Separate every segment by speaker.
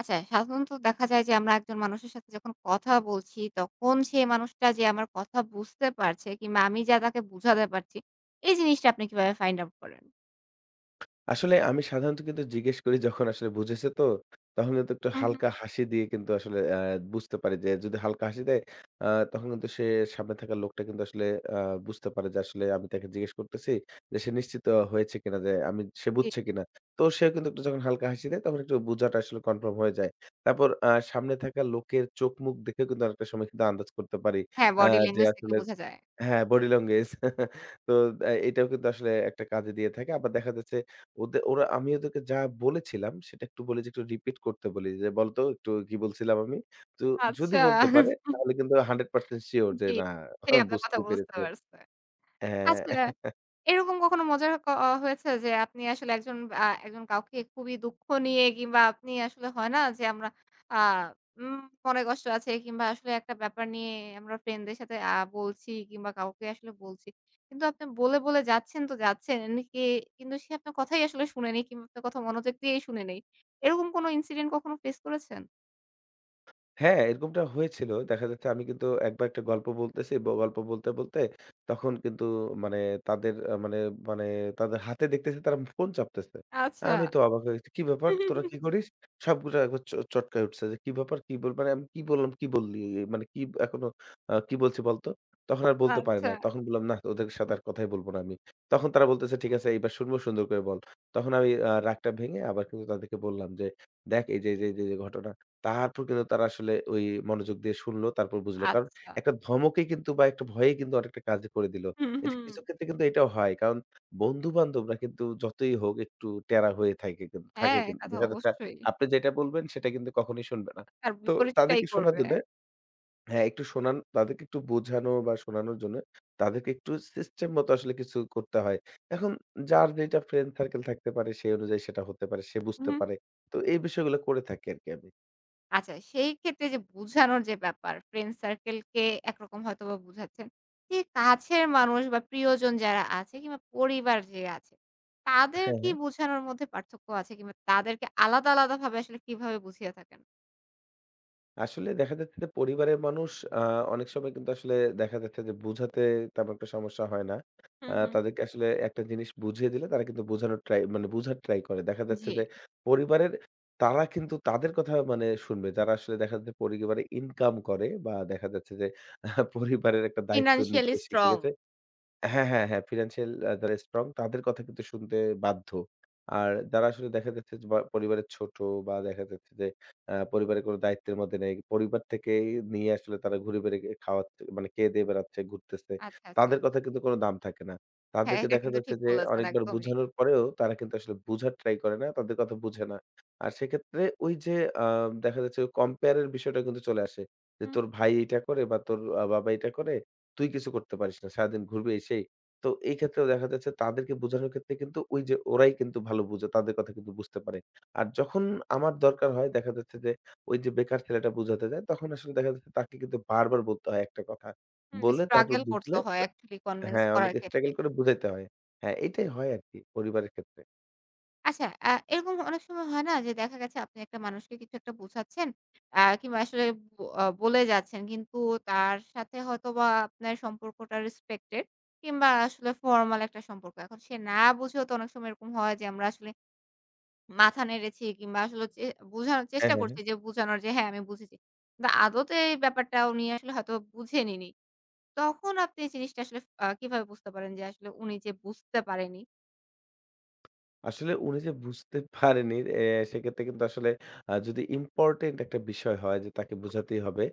Speaker 1: আচ্ছা, সাধারণত দেখা যায় যে আমরা একজন মানুষের সাথে যখন কথা বলছি, তখন সেই মানুষটা যে আমার কথা বুঝতে পারছে কিংবা আমি যা তাকে বুঝাতে পারছি, এই জিনিসটা আপনি কিভাবে ফাইন্ড আউট করেন?
Speaker 2: আসলে আমি সাধারণত কিন্তু জিজ্ঞেস করি যখন আসলে বুঝেছে তো, তখন কিন্তু একটু
Speaker 1: হুম, হুম।
Speaker 2: হালকা হাসি দিয়ে কিন্তু আসলে বুঝতে পারি যে যদি হালকা হাসি দেয় আ তখন কিন্তু সে সামনে থাকা লোকটা কিন্তু আসলে আ বুঝতে পারে যে আসলে আমি তাকে জিজ্ঞেস করতেছি যে সে নিশ্চিত হয়েছে কিনা যে আমি সে
Speaker 1: জি।
Speaker 2: বুঝছে কিনা। তো সেও কিন্তু একটু যখন হালকা হাসি দেয় তখন একটু বোঝাটা আসলে কনফার্ম হয়ে যায়। তারপর সামনে থাকা লোকের চোখ মুখ দেখেও কিন্তু অনেকটা সময় কিন্তু আন্দাজ করতে পারি।
Speaker 1: হ্যাঁ,
Speaker 2: আ
Speaker 1: বডি
Speaker 2: যে
Speaker 1: ল্যাঙ্গুয়েজ দেখলে
Speaker 2: আসলে
Speaker 1: বোঝা যায়।
Speaker 2: হ্যাঁ, বডি ল্যাঙ্গুয়েজ তো এটাও কিন্তু আসলে একটা কাজে দিয়ে থাকে। আবার দেখা যাচ্ছে ওরা আমি ওদেরকে যা বলেছিলাম সেটা একটু বলি যে একটু রিপিট করতে বলি যে, "বলতো একটু কি বলছিলাম আমি?" তো যদি
Speaker 1: আচ্ছা।
Speaker 2: বলতে পারে তাহলে কিন্তু 100% সিওর যে
Speaker 1: জি।
Speaker 2: না
Speaker 1: সে আপনার কথা
Speaker 2: বুঝতেই
Speaker 1: বুঝতে
Speaker 2: পেরেছে।
Speaker 1: পারছে।
Speaker 2: হ্যাঁ,
Speaker 1: আচ্ছা, এরকম কখনো মজা ক অ হয়েছে যে আপনি আসলে একজন একজন কাউকে খুবই দুঃখ নিয়ে কিংবা আপনি আসলে হয় না যে আমরা আ উম মনে কষ্ট আছে কিংবা আসলে একটা ব্যাপার নিয়ে আমরা ফ্রেন্ডদের সাথে বলছি কিংবা কাউকে আসলে বলছি। কিন্তু আপনি বলে যাচ্ছেন তো যাচ্ছেন এমনিকি কিন্তু সে আপনার কথাই আসলে শুনেনি কিংবা আপনার কথা মনোযোগ দিয়েই শুনে নেই। এরকম কোনো ইনসিডেন্ট কখনো ফেস করেছেন?
Speaker 2: হ্যাঁ, এরকমটা হয়েছিল। দেখা যাচ্ছে আমি কিন্তু একবার একটা গল্প বলতেছি। গল্প বলতে, বলতে তখন কিন্তু মানে তাদের মানে মানে তাদের হাতে দেখতেছি তারা ফোন চাপতেছে।
Speaker 1: আচ্ছা।
Speaker 2: আমি তো অবাক হয়ে গেছি। "কি ব্যাপার? তোরা কি করিস?" সবগুলা একবার চটকায় উঠছে যে, "কি ব্যাপার? কি বল মানে আমি কি বললাম? কি বললি? মানে কি এখনো কি বলছি বলতো?" তখন আর বলতে পারি
Speaker 1: আচ্ছা,
Speaker 2: না। তখন বললাম, "নাহ, ওদের সাথে আর কথাই বলব না আমি।" তখন তারা বলতেছে, "ঠিক আছে এইবার শুনবো, সুন্দর করে বল।" তখন আমি রাগটা ভেঙে আবার কিন্তু তাদেরকে বললাম যে, "দেখ এই যে, এই যে, এই যে, এই যে ঘটনা।" তারপর কিন্তু তারা আসলে ওই মনোযোগ দিয়ে শুনলো, তারপর বুঝলো। কারণ
Speaker 1: আচ্ছা।
Speaker 2: একটা ধমকে কিন্তু বা একটা ভয়ে কিন্তু অনেকটা কাজ করে দিল।
Speaker 1: হুম,
Speaker 2: এই যে
Speaker 1: হুম।
Speaker 2: কিছু ক্ষেত্রে কিন্তু এটাও হয়। কারণ বন্ধু-বান্ধবরা কিন্তু যতই হোক একটু টেরা হয়ে থাকে থাকে
Speaker 1: হ্যাঁ,
Speaker 2: কিন্তু।
Speaker 1: তা তো
Speaker 2: দেখা যাচ্ছে
Speaker 1: অবশ্যই।
Speaker 2: আপনি যেটা বলবেন সেটা কিন্তু কখনোই শুনবে না।
Speaker 1: তার
Speaker 2: তো
Speaker 1: বিপরীতটাই
Speaker 2: তাদেরকে শোনার
Speaker 1: করবে।
Speaker 2: জন্যে হ্যাঁ, একটু শোনান তাদেরকে একটু বোঝানো বা শোনানোর জন্য তাদেরকে একটু সিস্টেম মতো আসলে কিছু করতে হয়। এখন যার যেটা ফ্রেন্ড সার্কেল থাকতে পারে সেই অনুযায়ী সেটা হতে পারে। সে বুঝতে
Speaker 1: হুম।
Speaker 2: পারে। তো এই বিষয়গুলো করে থাকি আরকি আমি।
Speaker 1: আচ্ছা, সেই ক্ষেত্রে যে বুঝানোর যে ব্যাপার, ফ্রেন্ড সার্কেলকে একরকম হয়তোবা বুঝাচ্ছেন। যে কাছের মানুষ বা প্রিয়জন যারা আছে কিংবা পরিবার যে আছে, তাদের
Speaker 2: হ্যাঁ,
Speaker 1: কি
Speaker 2: হ্যাঁ।
Speaker 1: বোঝানোর মধ্যে পার্থক্য আছে কিংবা তাদেরকে আলাদা, আলাদাভাবে আসলে কিভাবে বুঝিয়ে থাকেন?
Speaker 2: আসলে দেখা যাচ্ছে যে পরিবারের মানুষ আ অনেক সময় কিন্তু আসলে দেখা যাচ্ছে যে বুঝাতে তেমন একটা সমস্যা হয় না।
Speaker 1: হুম, হুম।
Speaker 2: তাদেরকে আসলে একটা জিনিস বুঝিয়ে দিলে তারা কিন্তু বোঝানোর ট্রাই মানে বুঝার ট্রাই করে। দেখা যাচ্ছে
Speaker 1: জি,
Speaker 2: যে পরিবারের তারা কিন্তু তাদের কথা মানে শুনবে যারা আসলে দেখা যাচ্ছে পরিবারে ইনকাম করে বা দেখা যাচ্ছে যে আহ, পরিবারের একটা দায়িত্ব
Speaker 1: ফিন্যান্সিয়ালি
Speaker 2: নিতে শিখে
Speaker 1: স্ট্রং।
Speaker 2: গেছে। হ্যাঁ, হ্যাঁ, হ্যাঁ, ফিন্যান্সিয়াল যারা স্ট্রং তাদের কথা কিন্তু শুনতে বাধ্য। আর যারা আসলে দেখা যাচ্ছে যে, বা পরিবারের ছোট বা দেখা যাচ্ছে যে, পরিবারের কোনো দায়িত্বের মধ্যে নেই। পরিবার থেকেই নিয়ে আসলে তারা ঘুরে বেড়ে খাওয়াচ্ছে মানে খেয়ে-দেয়ে বেড়াচ্ছে, ঘুরতেছে।
Speaker 1: আচ্ছা, আচ্ছা।
Speaker 2: তাদের কথা কিন্তু কোনো দাম থাকে না।
Speaker 1: হ্যাঁ,
Speaker 2: তাদেরকে
Speaker 1: এটা
Speaker 2: দেখা
Speaker 1: কিন্তু
Speaker 2: যাচ্ছে
Speaker 1: ঠিক
Speaker 2: যে,
Speaker 1: বলেছেন
Speaker 2: অনেকবার
Speaker 1: একদমই।
Speaker 2: বুঝানোর পরেও তারা কিন্তু আসলে বুঝার ট্রাই করে না। তাদের কথা বুঝে না। আর সেক্ষেত্রে ওই যে, আ দেখা যাচ্ছে কম্পেয়ার এর বিষয়টা কিন্তু চলে আসে। যে,
Speaker 1: হুম,
Speaker 2: তোর ভাই এটা করে বা তোর বাবা এটা করে তুই কিছু করতে পারিস না। সারাদিন ঘুরবি এই সেই। তো এই ক্ষেত্রেও দেখা যাচ্ছে তাদেরকে বোঝানোর ক্ষেত্রে কিন্তু ওই যে ওরাই কিন্তু ভালো বুঝে। তাদের কথা কিন্তু বুঝতে পারে। আর যখন আমার দরকার হয় দেখা যাচ্ছে যে ওই যে বেকার ছেলেটা বুঝাতে যায় তখন আসলে দেখা যাচ্ছে তাকে কিন্তু বারবার বলতে হয় একটা কথা।
Speaker 1: হুম।
Speaker 2: বলে তারপর
Speaker 1: স্ট্রাগল করতে
Speaker 2: বুঝলে
Speaker 1: হয় অ্যাকচুয়ালি কনভিন্স
Speaker 2: হ্যাঁ, অনেক
Speaker 1: করার ক্ষেত্রে।
Speaker 2: struggle করে বুঝাইতে হয়। হ্যাঁ, এটাই হয় আরকি পরিবারের ক্ষেত্রে।
Speaker 1: আচ্ছা, এরকম অনেক সময় হয় না যে দেখা গেছে আপনি একটা মানুষকে কিছু একটা বোঝাচ্ছেন কিংবা আসলে ব আ বলে যাচ্ছেন। কিন্তু তার সাথে হয়তোবা আপনার সম্পর্কটা রেসপেক্টেড কিংবা আসলে ফর্মাল একটা সম্পর্ক। এখন সে না বুঝেও তো অনেক সময় এরকম হয় যে আমরা আসলে মাথা নেড়েছি কিংবা আসলে বোঝানোর
Speaker 2: হ্যাঁ,
Speaker 1: চেষ্টা
Speaker 2: হ্যাঁ, হ্যাঁ।
Speaker 1: করছি যে বোঝানোর যে হ্যাঁ, আমি বুঝেছি। কিন্তু আদতে এই ব্যাপারটা উনি আসলে হয়তো বুঝেনিনি। তখন আপনি এই জিনিসটা আসলে কিভাবে বুঝতে পারেন যে আসলে উনি যে বুঝতে পারেনি?
Speaker 2: আসলে উনি যে বুঝতে পারেনি সেক্ষেত্রে কিন্তু আসলে যদি ইম্পোর্টেন্ট একটা বিষয় হয় যে তাকে বোঝাতেই হবে,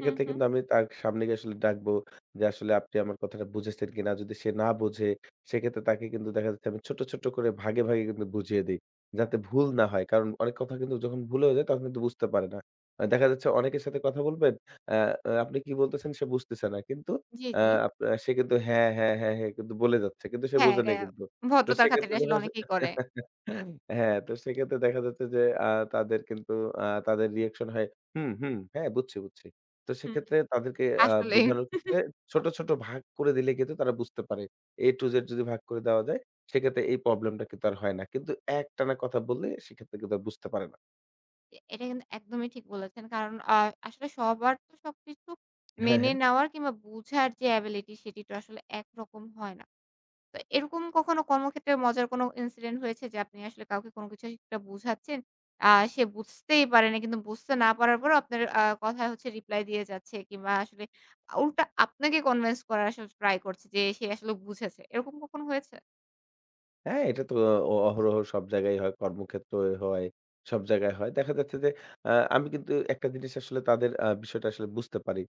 Speaker 1: হুম, হুম।
Speaker 2: কিন্তু আমি তার সামনে গিয়ে আসলে ডাকবো যে, "আসলে আপনি আমার কথাটা বুঝেছেন কিনা?" যদি সে না বোঝে, সেক্ষেত্রে তাকে কিন্তু দেখা যাচ্ছে আমি ছোট, ছোট করে ভাগে, ভাগে কিন্তু বুঝিয়ে দেই। যাতে ভুল না হয়। কারণ অনেক কথা কিন্তু যখন ভুল হয়ে যায় তখন কিন্তু বুঝতে পারে না। দেখা যাচ্ছে অনেকের সাথে কথা বলবেন, আ আ আপনি কি বলতেছেন সে বুঝতেছে না। কিন্তু
Speaker 1: জি,
Speaker 2: আ
Speaker 1: জি।
Speaker 2: আপ সে কিন্তু হ্যাঁ, হ্যাঁ, হ্যাঁ, হ্যাঁ কিন্তু বলে যাচ্ছে। কিন্তু সে
Speaker 1: হ্যাঁ,
Speaker 2: বোঝে
Speaker 1: এটা
Speaker 2: নাই কিন্তু। তো
Speaker 1: ভদ্রতার
Speaker 2: সেক্ষেত্রে
Speaker 1: খাতিরে আসলে
Speaker 2: যখন আসলে
Speaker 1: অনেকেই করে।
Speaker 2: হ্যাঁ, তো সেক্ষেত্রে দেখা যাচ্ছে যে আ তাদের কিন্তু তাদের রিঅ্যাকশন হয়, "হুম, হুম, হ্যাঁ, বুঝছি, বুঝছি।" তো
Speaker 1: হুম।
Speaker 2: সেক্ষেত্রে তাদেরকে
Speaker 1: আসলেই।
Speaker 2: বোঝানোর ক্ষেত্রে ছোট, ছোট ভাগ করে দিলে কিন্তু তারা বুঝতে পারে। A to Z যদি ভাগ করে দেওয়া যায়, সেক্ষেত্রে এই প্রবলেমটা কিন্তু আর হয় না। কিন্তু একটানা কথা বললে সেক্ষেত্রে কিন্তু আর বুঝতে পারে না।
Speaker 1: এটা কিন্তু একদমই ঠিক বলেছেন। কারণ আসলে সবার তো সবকিছু
Speaker 2: হ্যাঁ,
Speaker 1: মেনে
Speaker 2: হ্যাঁ।
Speaker 1: নেওয়ার কিংবা বুঝার যে এবিলিটি সেটি তো আসলে একরকম হয় না। তো এরকম কখনো কর্মক্ষেত্রে মজার কোনো ইনসিডেন্ট হয়েছে যে আপনি আসলে কাউকে কোনো কিছু একটা বুঝাচ্ছেন, আ সে বুঝতেই পারে না কিন্তু বুঝতে না পারার পরেও আপনার কথায় হচ্ছে রিপ্লাই দিয়ে যাচ্ছে কিংবা আসলে উল্টা আপনাকে কনভিন্স করার আসলে ট্রাই করছে যে সে আসলে বুঝেছে। এরকম কখনো হয়েছে?
Speaker 2: হ্যাঁ, এটা তো অহরহ সব জায়গায় হয়, কর্মক্ষেত্রে হয়, সব জায়গায় হয়। দেখা যাচ্ছে যে আ আমি কিন্তু একটা জিনিস আসলে তাদের বিষয়টা আসলে বুঝতে পারি।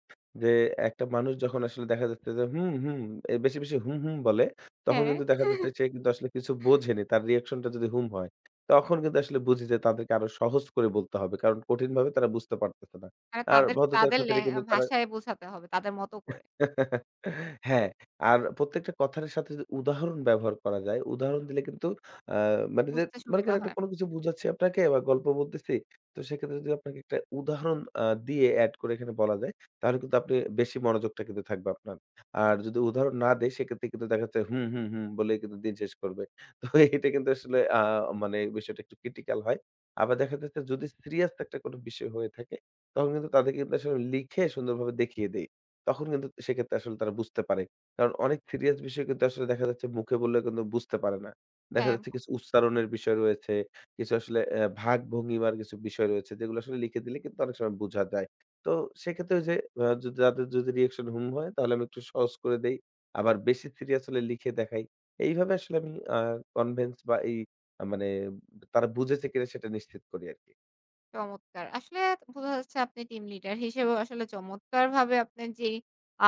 Speaker 2: যে একটা মানুষ যখন আসলে দেখা যাচ্ছে যে হুম, হুম, বেশি, বেশি হুম, হুম বলে, তখন
Speaker 1: হ্যাঁ।
Speaker 2: কিন্তু দেখা যাচ্ছে সে কিন্তু আসলে কিছু বোঝেনি। তার রিঅ্যাকশনটা যদি হুম হয়, তখন কিন্তু আসলে বুঝি যে তাদেরকে আরো সহজ করে বলতে হবে। কারণ কঠিনভাবে তারা বুঝতে পারতেছে না।
Speaker 1: মানে
Speaker 2: আর
Speaker 1: তাদেরকে
Speaker 2: ভদ্রতার
Speaker 1: তাদের ল্যা
Speaker 2: খাতিরে কিন্তু তারা
Speaker 1: ভাষায় বোঝাতে হবে তাদের মতো করে।
Speaker 2: হ্যাঁ, আর প্রত্যেকটা কথার সাথে যদি উদাহরণ ব্যবহার করা যায়, উদাহরণ দিলে কিন্তু আ মানে যে
Speaker 1: বুঝতে
Speaker 2: মনে
Speaker 1: সুবিধা
Speaker 2: করেন একটা
Speaker 1: হয়।
Speaker 2: কোনো কিছু বুঝাচ্ছি আপনাকে বা গল্প বলতেছি, তো সেক্ষেত্রে যদি আপনাকে একটা উদাহরণ দিয়ে এড করে এখানে বলা যায়, তাহলে কিন্তু আপনি বেশি মনোযোগটা কিন্তু থাকবে আপনার। আর যদি উদাহরণ না দেই সেক্ষেত্রে কিন্তু দেখা যাচ্ছে হুম, হুম, হুম বলেই কিন্তু দিন শেষ করবে। তো এটা কিন্তু আসলে মানে বিষয়টা একটু ক্রিটিক্যাল হয়। আবার দেখা যাচ্ছে যদি সিরিয়াস একটা কোনো বিষয় হয়ে থাকে, তখন কিন্তু তাদেরকে কিন্তু আসলে লিখে সুন্দরভাবে দেখিয়ে দেই। তখন কিন্তু সেক্ষেত্রে আসলে তারা বুঝতে পারে। কারণ অনেক সিরিয়াস বিষয় কিন্তু আসলে দেখা যাচ্ছে মুখে বললে কিন্তু বুঝতে পারে না। দেখা
Speaker 1: হ্যাঁ,
Speaker 2: যাচ্ছে কিছু উচ্চারণের বিষয় রয়েছে, কিছু আসলে ভাগ ভঙ্গিমার কিছু বিষয় রয়েছে যেগুলো আসলে লিখে দিলে কিন্তু অনেক সময় বোঝা যায়। তো সেক্ষেত্রে ওই যে যাদের যদি রিঅ্যাকশন হুম হয় তাহলে আমি একটু সহজ করে দেই। আবার বেশি সিরিয়াস হলে লিখে দেখাই। এইভাবে আসলে আমি আ কনভিন্স বা এই মানে তারা বুঝেছে কিনা সেটা নিশ্চিত করি আরকি।
Speaker 1: চমৎকার। আসলে বোঝা যাচ্ছে আপনি টিম লিডার হিসেবেও আসলে চমৎকারভাবে আপনার যেই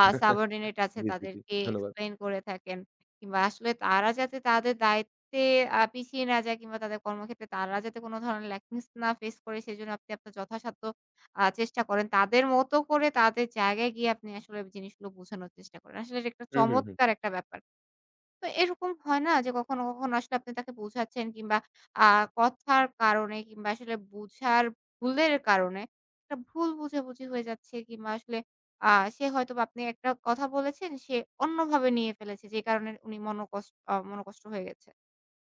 Speaker 1: সাবঅর্ডিনেট আছে
Speaker 2: জি, জি, জি।
Speaker 1: তাদেরকে
Speaker 2: ধন্যবাদ।
Speaker 1: এক্সপ্লেইন করে থাকেন। কিংবা আসলে তারা যাতে তাদের দায়িত্বে পিছিয়ে না যায় কিংবা তাদের কর্মক্ষেত্রে তারা যাতে কোন ধরনের ল্যাকিংস না ফেস করে সেজন্য আপনি আপনার যথাসাধ্য চেষ্টা করেন। তাদের মতো করে তাদের জায়গায় গিয়ে আপনি আসলে জিনিসগুলো বোঝানোর চেষ্টা করেন। আসলে এটা একটা
Speaker 2: হু, হু, হু।
Speaker 1: চমৎকার একটা ব্যাপার। তো এরকম হয় না যে কখনো আসলে আপনি তাকে বোঝাচ্ছেন কিংবা আ কথার কারণে কিংবা আসলে বুঝার ভুলের কারণে একটা ভুল বুঝাবুঝি হয়ে যাচ্ছে কিংবা আসলে আ সে হয়তোবা আপনি একটা কথা বলেছেন, সে অন্যভাবে নিয়ে ফেলেছে যে কারণে উনি মনোকষ্ট হয়ে গেছে।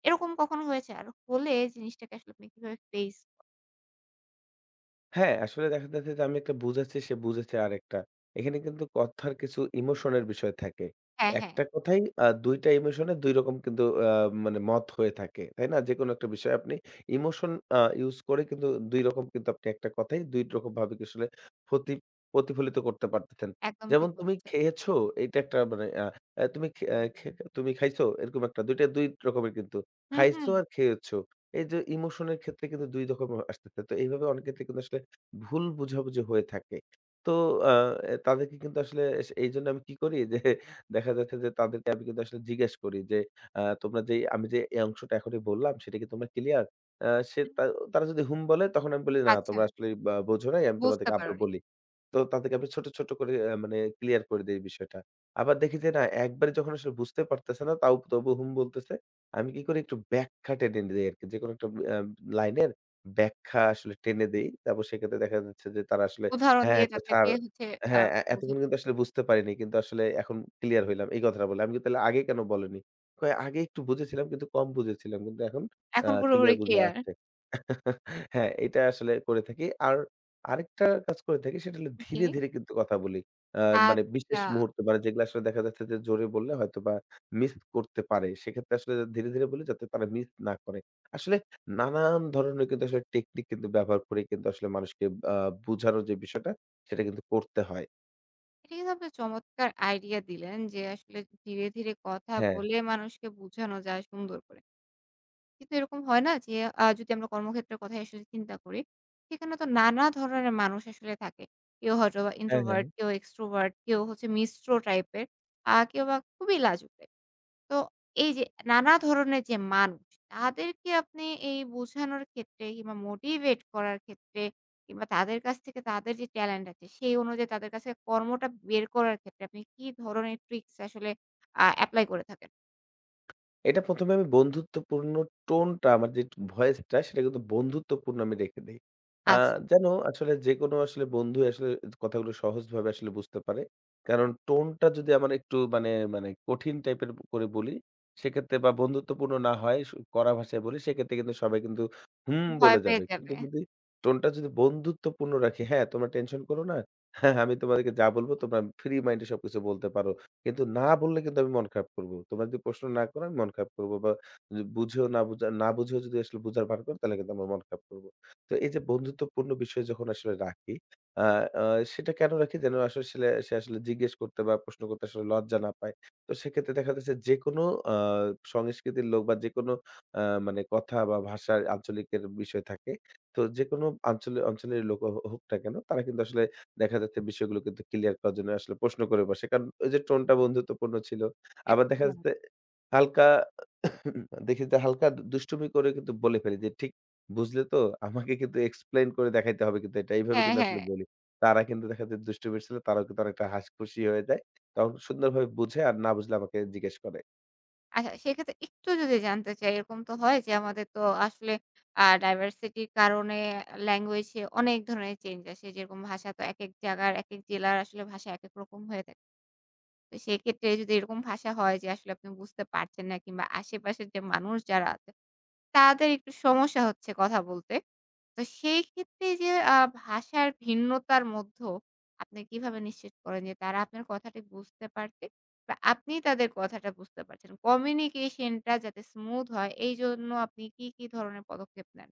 Speaker 1: এরকম কখনো হয়েছে? আর হলে জিনিসটাকে আসলে আপনি কিভাবে ফেস
Speaker 2: হ্যাঁ, আসলে দেখা যাচ্ছে যে আমি একটা বুঝাচ্ছি, সে বুঝেছে আরেকটা। এখানে কিন্তু কথার কিছু ইমোশনের বিষয় থাকে।
Speaker 1: হ্যাঁ, হ্যাঁ,
Speaker 2: একটা কথাই ২ টা ইমোশনে ২ রকম কিন্তু মানে মত হয়ে থাকে। তাই না? যেকোনো একটা বিষয়ে আপনি ইমোশন ইউজ করে কিন্তু ২ রকম কিন্তু আপনি একটা কথাই ২ রকম ভাবে কি আসলে প্রতি প্রতিফলিত করতে পারতেছেন।
Speaker 1: একদম ঠিক
Speaker 2: যেমন তুমি
Speaker 1: বলেছেন।
Speaker 2: খেয়েছো এটা একটা মানে আ আ তুমি খে আ খে তুমি খাইছো এরকম একটা ২ টা ২ রকমের কিন্তু।
Speaker 1: হুম, হুম,
Speaker 2: খাইছো আর খেয়েছো। এই যে ইমোশনের ক্ষেত্রে কিন্তু ২ রকম আসতেছে। তো এইভাবে অনেক ক্ষেত্রে কিন্তু আসলে ভুল বোঝাবুঝি হয়ে থাকে। তো আ তাদেরকে কিন্তু আসলে এইজন্য আমি কি করি যে দেখা যাচ্ছে যে তাদেরকে আমি কিন্তু আসলে জিজ্ঞেস করি যে তোমরা যেই আমি যে এই অংশটা এখনই বললাম সেটা কি তোমরা ক্লিয়ার? আ সে
Speaker 1: হুম,
Speaker 2: তা তারা যদি হুম বলে তখন আমি বলি, "না
Speaker 1: আচ্ছা,
Speaker 2: তোমরা আসলে বা বোঝো নাই আমি
Speaker 1: বুঝতে
Speaker 2: তোমাদেরকে আবার
Speaker 1: পারোনি।
Speaker 2: বলি।" তো তাদেরকে আমি ছোট, ছোট করে মানে ক্লিয়ার করে দেই বিষয়টা। আবার দেখি যে না একবারে যখন আসলে বুঝতে পারতেছে না তাও তবু হুম বলতেছে। আমি কি করি একটু ব্যাখ্যা টেনে দেই আরকি। যেকোনো একটা আ লাইনের ব্যাখ্যা আসলে টেনে দেই। তারপর সেক্ষেত্রে দেখা যাচ্ছে যে তারা আসলে
Speaker 1: উদাহরণ
Speaker 2: হ্যাঁ,
Speaker 1: দিয়ে
Speaker 2: একটু
Speaker 1: তাদেরকে
Speaker 2: ছাড়
Speaker 1: হচ্ছে আ
Speaker 2: হ্যাঁ,
Speaker 1: বোঝা
Speaker 2: এতক্ষণ কিন্তু আসলে বুঝতে পারিনি। কিন্তু আসলে এখন ক্লিয়ার হইলাম। এই কথাটা বললাম। আমি কিন্তু তাহলে আগে কেন বলোনি? কয় আগে একটু বুঝেছিলাম কিন্তু কম বুঝেছিলাম। কিন্তু এখন
Speaker 1: এখন পুরোপুরি
Speaker 2: ক্লিয়ার বুঝা
Speaker 1: ক্লিয়ার।
Speaker 2: যাচ্ছে। হ্যাঁ, এটা আসলে করে থাকি। আর আরেকটা কাজ করে থাকি সেটা হলো
Speaker 1: জি।
Speaker 2: ধীরে, ধীরে কিন্তু কথা বলি। আ মানে বিশেষ
Speaker 1: আচ্ছা।
Speaker 2: মুহূর্তে মানে যেগুলো আসলে দেখা যাচ্ছে যে জোরে বললে হয়তোবা মিস করতে পারে। সেক্ষেত্রে আসলে ধীরে, ধীরে বলি যাতে তারা মিস না করে। আসলে নানান ধরনের কিন্তু আসলে টেকনিক কিন্তু ব্যবহার করে কিন্তু আসলে মানুষকে আ বুঝানোর যে বিষয়টা, সেটা কিন্তু করতে হয়।
Speaker 1: এটা কিন্তু আপনি চমৎকার আইডিয়া দিলেন যে আসলে ধীরে, ধীরে কথা
Speaker 2: হ্যাঁ,
Speaker 1: বলে মানুষকে বুঝানো যায় সুন্দর করে। কিন্তু এরকম হয় না যে যদি আমরা কর্মক্ষেত্রের কথাই আসলে চিন্তা করি, সেখানে তো নানা ধরনের মানুষ আসলে থাকে। কেউ হয়তোবা
Speaker 2: হ্যাঁ, হ্যাঁ।
Speaker 1: introvert, কেউ extrovert, কেউ হচ্ছে মিশ্র টাইপের, কেউ বা খুবই লাজুক টাইপ। তো এই যে নানা ধরনের যে মানুষ, তাদেরকে আপনি এই বোঝানোর ক্ষেত্রে কিংবা মোটিভেট করার ক্ষেত্রে কিংবা তাদের কাছ থেকে তাদের যে ট্যালেন্ট আছে, সেই অনুযায়ী তাদের কাছে কর্মটা বের করার ক্ষেত্রে আপনি কি ধরনের ট্রিকস আসলে এপ্লাই করে থাকেন?
Speaker 2: এটা ১ম এ আমি বন্ধুত্বপূর্ণ টোনটা আমার যে ভয়েসটা সেটা কিন্তু বন্ধুত্বপূর্ণ আমি রেখে দেই। আ
Speaker 1: আচ্ছা,
Speaker 2: যেন আসলে যেকোনো আসলে বন্ধু আসলে কথাগুলো সহজভাবে আসলে বুঝতে পারে। কারণ টোনটা যদি আমার একটু মানে, মানে কঠিন টাইপের করে বলি সেক্ষেত্রে বা বন্ধুত্বপূর্ণ না হয় কড়া ভাষায় বলি সেক্ষেত্রে কিন্তু সবাই কিন্তু হুম
Speaker 1: ভয়
Speaker 2: বলে
Speaker 1: পেয়ে
Speaker 2: যাবে।
Speaker 1: যাবে।
Speaker 2: কিন্তু যদি টোনটা যদি বন্ধুত্বপূর্ণ রাখি, হ্যাঁ, তোমরা টেনশন করো না। হ্যাঁ, আমি তোমাদেরকে যা বলব তোমরা ফ্রি মাইন্ড এ সবকিছু বলতে পারো। কিন্তু না বললে কিন্তু আমি মন খারাপ করব। তোমরা যদি প্রশ্ন না করো আমি মন খারাপ করব বা য বুঝেও না বুঝা না বুঝেও যদি আসলে বুঝার ভান করো তাহলে কিন্তু আমরা মন খারাপ করব। তো এই যে বন্ধুত্বপূর্ণ বিষয় যখন আসলে রাখি, আ আ সেটা কেন রাখি? যেন আসলে সে আসলে জিজ্ঞেস করতে বা প্রশ্ন করতে আসলে লজ্জা না পায়। তো সেক্ষেত্রে দেখা যাচ্ছে যেকোনো আ সংস্কৃতির লোক বা যেকোনো আ মানে কথা বা ভাষার আঞ্চলিকের বিষয় থাকে। তো যেকোনো অঞ্চলের লোক হোক না কেন তারা কিন্তু আসলে দেখা যাচ্ছে বিষয়গুলো কিন্তু ক্লিয়ার করার জন্য আসলে প্রশ্ন করে বসে। কারণ ওই যে টোনটা বন্ধুত্বপূর্ণ ছিল। আবার দেখা
Speaker 1: একদম।
Speaker 2: যাচ্ছে হালকা দেখি যে হালকা দুষ্টুমি করে কিন্তু বলে ফেলি যে, "ঠিক বুঝলে তো? আমাকে কিন্তু এক্সপ্লেইন করে দেখাইতে হবে কিন্তু এটা।" এইভাবে
Speaker 1: হ্যাঁ,
Speaker 2: কিন্তু
Speaker 1: হ্যাঁ।
Speaker 2: আসলে বলি। তারা কিন্তু দেখা যায় দুষ্টুমির ছেলে তারাও কিন্তু অনেকটা হাসি খুশি হয়ে যায়। তখন সুন্দরভাবে বুঝে আর না বুঝলে আমাকে জিজ্ঞেস করে।
Speaker 1: আচ্ছা, সেক্ষেত্রে একটু যদি জানতে চাই, এরকম তো হয় যে আমাদের তো আসলে ডাইভার্সিটির কারণে ল্যাঙ্গুয়েজ এ অনেক ধরনের চেঞ্জ আসে। যেরকম ভাষা তো একেক জায়গার, একেক জেলার আসলে ভাষা একেক রকম হয়ে থাকে। তো সেক্ষেত্রে যদি এরকম ভাষা হয় যে আসলে আপনি বুঝতে পারছেন না কিংবা আশেপাশের যে মানুষ যারা আছে তাদের একটু সমস্যা হচ্ছে কথা বলতে। তো সেই ক্ষেত্রে এই যে ভাষার ভিন্নতার মধ্যেও আপনি কিভাবে নিশ্চিত করেন যে তারা আপনার কথাটি বুঝতে পারছে বা আপনি তাদের কথাটা বুঝতে পারছেন? কমিউনিকেশন টা যাতে স্মুথ হয় এইজন্য আপনি কি, কি ধরনের পদক্ষেপ নেন?